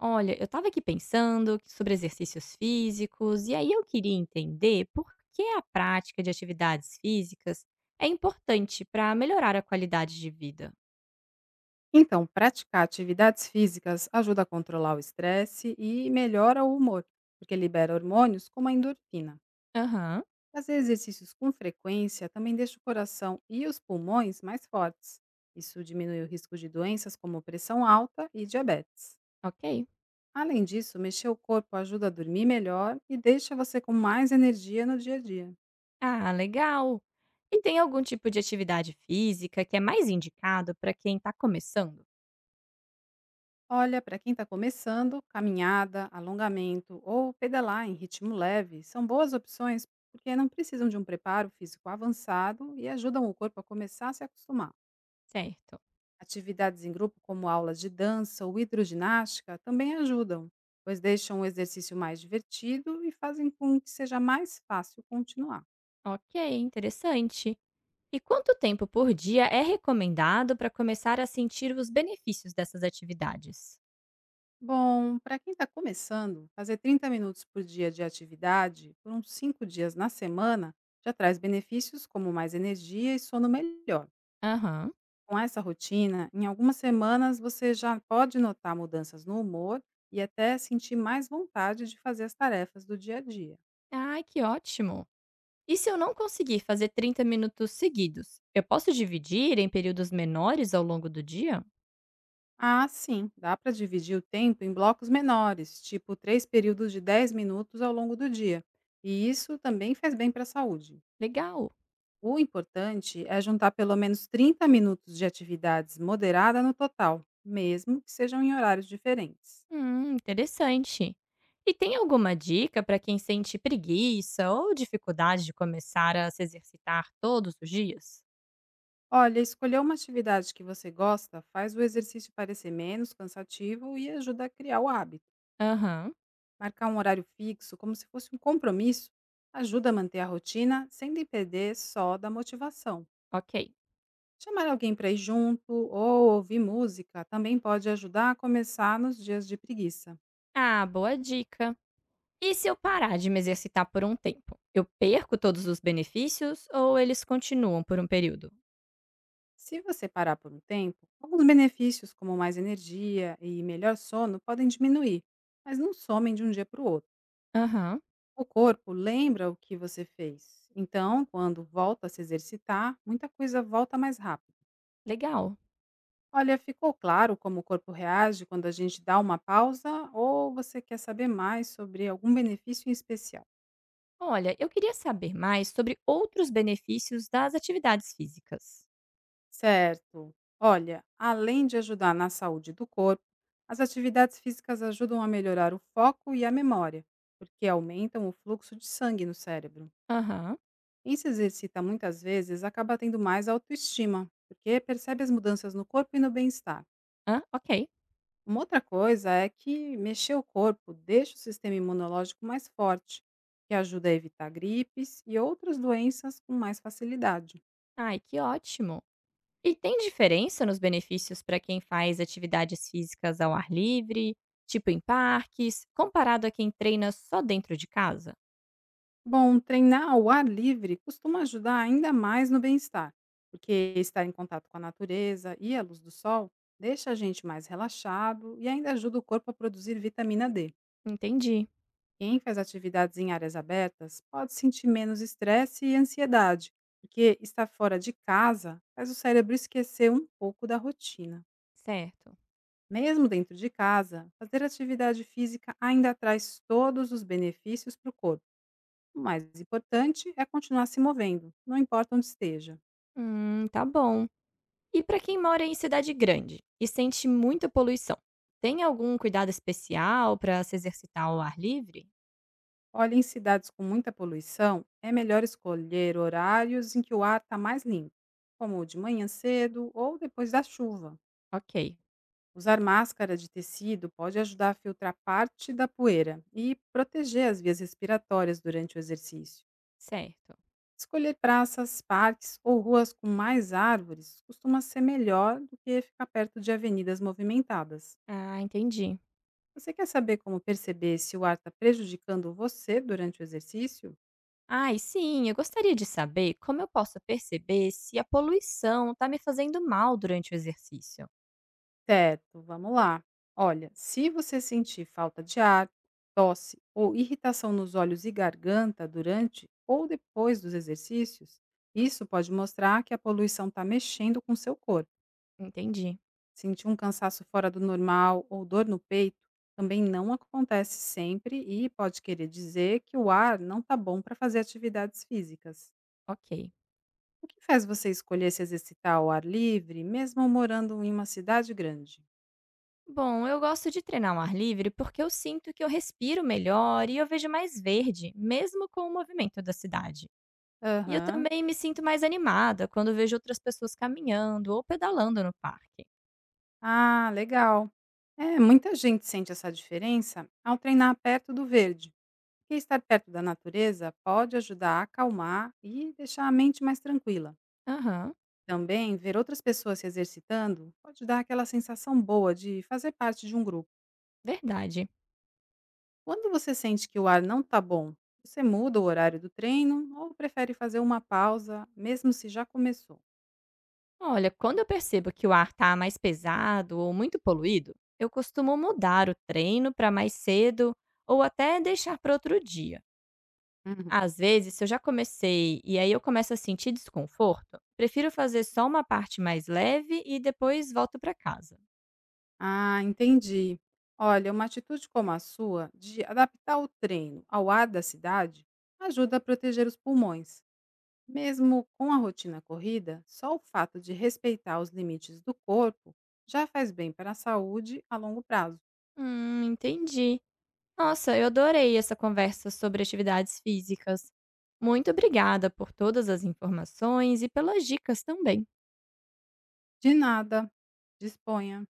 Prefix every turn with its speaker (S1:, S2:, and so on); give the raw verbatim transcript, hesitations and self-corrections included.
S1: Olha, eu estava aqui pensando que- sobre exercícios físicos, e aí eu queria entender por que a prática de atividades físicas é importante para melhorar a qualidade de vida.
S2: Então, praticar atividades físicas ajuda a controlar o estresse e melhora o humor, porque libera hormônios como a endorfina.
S1: Aham,
S2: Fazer exercícios com frequência também deixa o coração e os pulmões mais fortes. Isso diminui o risco de doenças como pressão alta e diabetes.
S1: ok.
S2: Além disso, mexer o corpo ajuda a dormir melhor e deixa você com mais energia no dia a dia.
S1: Ah, legal. E tem algum tipo de atividade física que é mais indicado para quem está começando?
S2: Olha, para quem está começando, caminhada, alongamento ou pedalar em ritmo leve são boas opções porque não precisam de um preparo físico avançado e ajudam o corpo a começar a se acostumar.
S1: Certo.
S2: Atividades em grupo, como aulas de dança ou hidroginástica, também ajudam, pois deixam o exercício mais divertido e fazem com que seja mais fácil continuar.
S1: Ok, interessante. E quanto tempo por dia é recomendado para começar a sentir os benefícios dessas atividades?
S2: Bom, para quem está começando, fazer trinta minutos por dia de atividade por uns cinco dias na semana já traz benefícios como mais energia e sono melhor.
S1: Aham.
S2: Com essa rotina, em algumas semanas você já pode notar mudanças no humor e até sentir mais vontade de fazer as tarefas do dia a dia.
S1: Ai, que ótimo. E se eu não conseguir fazer trinta minutos seguidos, eu posso dividir em períodos menores ao longo do dia?
S2: Ah, sim, dá para dividir o tempo em blocos menores, tipo três períodos de dez minutos ao longo do dia. E isso também faz bem para a saúde.
S1: Legal.
S2: O importante é juntar pelo menos trinta minutos de atividades moderada no total, mesmo que sejam em horários diferentes.
S1: Hum, interessante. E tem alguma dica para quem sente preguiça ou dificuldade de começar a se exercitar todos os dias?
S2: Olha, escolher uma atividade que você gosta faz o exercício parecer menos cansativo e ajuda a criar o hábito.
S1: Aham,
S2: Marcar um horário fixo, como se fosse um compromisso, ajuda a manter a rotina sem depender só da motivação.
S1: ok.
S2: Chamar alguém para ir junto ou ouvir música também pode ajudar a começar nos dias de preguiça.
S1: Ah, boa dica. E se eu parar de me exercitar por um tempo? Eu perco todos os benefícios ou eles continuam por um período?
S2: Se você parar por um tempo, alguns benefícios, como mais energia e melhor sono, podem diminuir, mas não somem de um dia para o outro.
S1: Aham,
S2: O corpo lembra o que você fez, então, quando volta a se exercitar, muita coisa volta mais rápido.
S1: legal.
S2: Olha, ficou claro como o corpo reage quando a gente dá uma pausa ou você quer saber mais sobre algum benefício em especial?
S1: Olha, eu queria saber mais sobre outros benefícios das atividades físicas.
S2: Certo. Olha, além de ajudar na saúde do corpo, as atividades físicas ajudam a melhorar o foco e a memória, porque aumentam o fluxo de sangue no cérebro.
S1: Aham.
S2: Quem se exercita muitas vezes acaba tendo mais autoestima, porque percebe as mudanças no corpo e no bem-estar.
S1: Hã? Ok.
S2: Uma outra coisa é que mexer o corpo deixa o sistema imunológico mais forte, que ajuda a evitar gripes e outras doenças com mais facilidade.
S1: Ai, que ótimo. E tem diferença nos benefícios para quem faz atividades físicas ao ar livre, tipo em parques, comparado a quem treina só dentro de casa?
S2: Bom, treinar ao ar livre costuma ajudar ainda mais no bem-estar, porque estar em contato com a natureza e a luz do sol deixa a gente mais relaxado e ainda ajuda o corpo a produzir vitamina D.
S1: Entendi.
S2: Quem faz atividades em áreas abertas pode sentir menos estresse e ansiedade, porque estar fora de casa faz o cérebro esquecer um pouco da rotina.
S1: Certo.
S2: Mesmo dentro de casa, fazer atividade física ainda traz todos os benefícios para o corpo. O mais importante é continuar se movendo, não importa onde esteja.
S1: Hum, tá bom. E para quem mora em cidade grande e sente muita poluição, tem algum cuidado especial para se exercitar ao ar livre?
S2: Olha, em cidades com muita poluição, é melhor escolher horários em que o ar está mais limpo, como de manhã cedo ou depois da chuva.
S1: Ok.
S2: Usar máscara de tecido pode ajudar a filtrar parte da poeira e proteger as vias respiratórias durante o exercício.
S1: Certo.
S2: Escolher praças, parques ou ruas com mais árvores costuma ser melhor do que ficar perto de avenidas movimentadas.
S1: Ah, entendi.
S2: Você quer saber como perceber se o ar está prejudicando você durante o exercício?
S1: Ai, sim, eu gostaria de saber como eu posso perceber se a poluição está me fazendo mal durante o exercício.
S2: Certo, vamos lá. Olha, se você sentir falta de ar, tosse ou irritação nos olhos e garganta durante ou depois dos exercícios, isso pode mostrar que a poluição está mexendo com seu corpo.
S1: Entendi.
S2: Sentir um cansaço fora do normal ou dor no peito também não acontece sempre e pode querer dizer que o ar não está bom para fazer atividades físicas.
S1: Ok.
S2: O que faz você escolher se exercitar ao ar livre, mesmo morando em uma cidade grande?
S1: Bom, eu gosto de treinar ao ar livre porque eu sinto que eu respiro melhor e eu vejo mais verde, mesmo com o movimento da cidade. E eu
S2: Aham.
S1: também me sinto mais animada quando vejo outras pessoas caminhando ou pedalando no parque.
S2: Ah, legal. É, muita gente sente essa diferença ao treinar perto do verde, porque estar perto da natureza pode ajudar a acalmar e deixar a mente mais tranquila.
S1: Aham,
S2: Também, ver outras pessoas se exercitando pode dar aquela sensação boa de fazer parte de um grupo.
S1: verdade.
S2: Quando você sente que o ar não está bom, você muda o horário do treino ou prefere fazer uma pausa, mesmo se já começou?
S1: Olha, quando eu percebo que o ar está mais pesado ou muito poluído, eu costumo mudar o treino para mais cedo ou até deixar para outro dia. Às vezes, se eu já comecei e aí eu começo a sentir desconforto, prefiro fazer só uma parte mais leve e depois volto para casa.
S2: Ah, entendi. Olha, uma atitude como a sua, de adaptar o treino ao ar da cidade, ajuda a proteger os pulmões. Mesmo com a rotina corrida, só o fato de respeitar os limites do corpo já faz bem para a saúde a longo prazo.
S1: Hum, entendi. Nossa, eu adorei essa conversa sobre atividades físicas. Muito obrigada por todas as informações e pelas dicas também.
S2: De nada, disponha.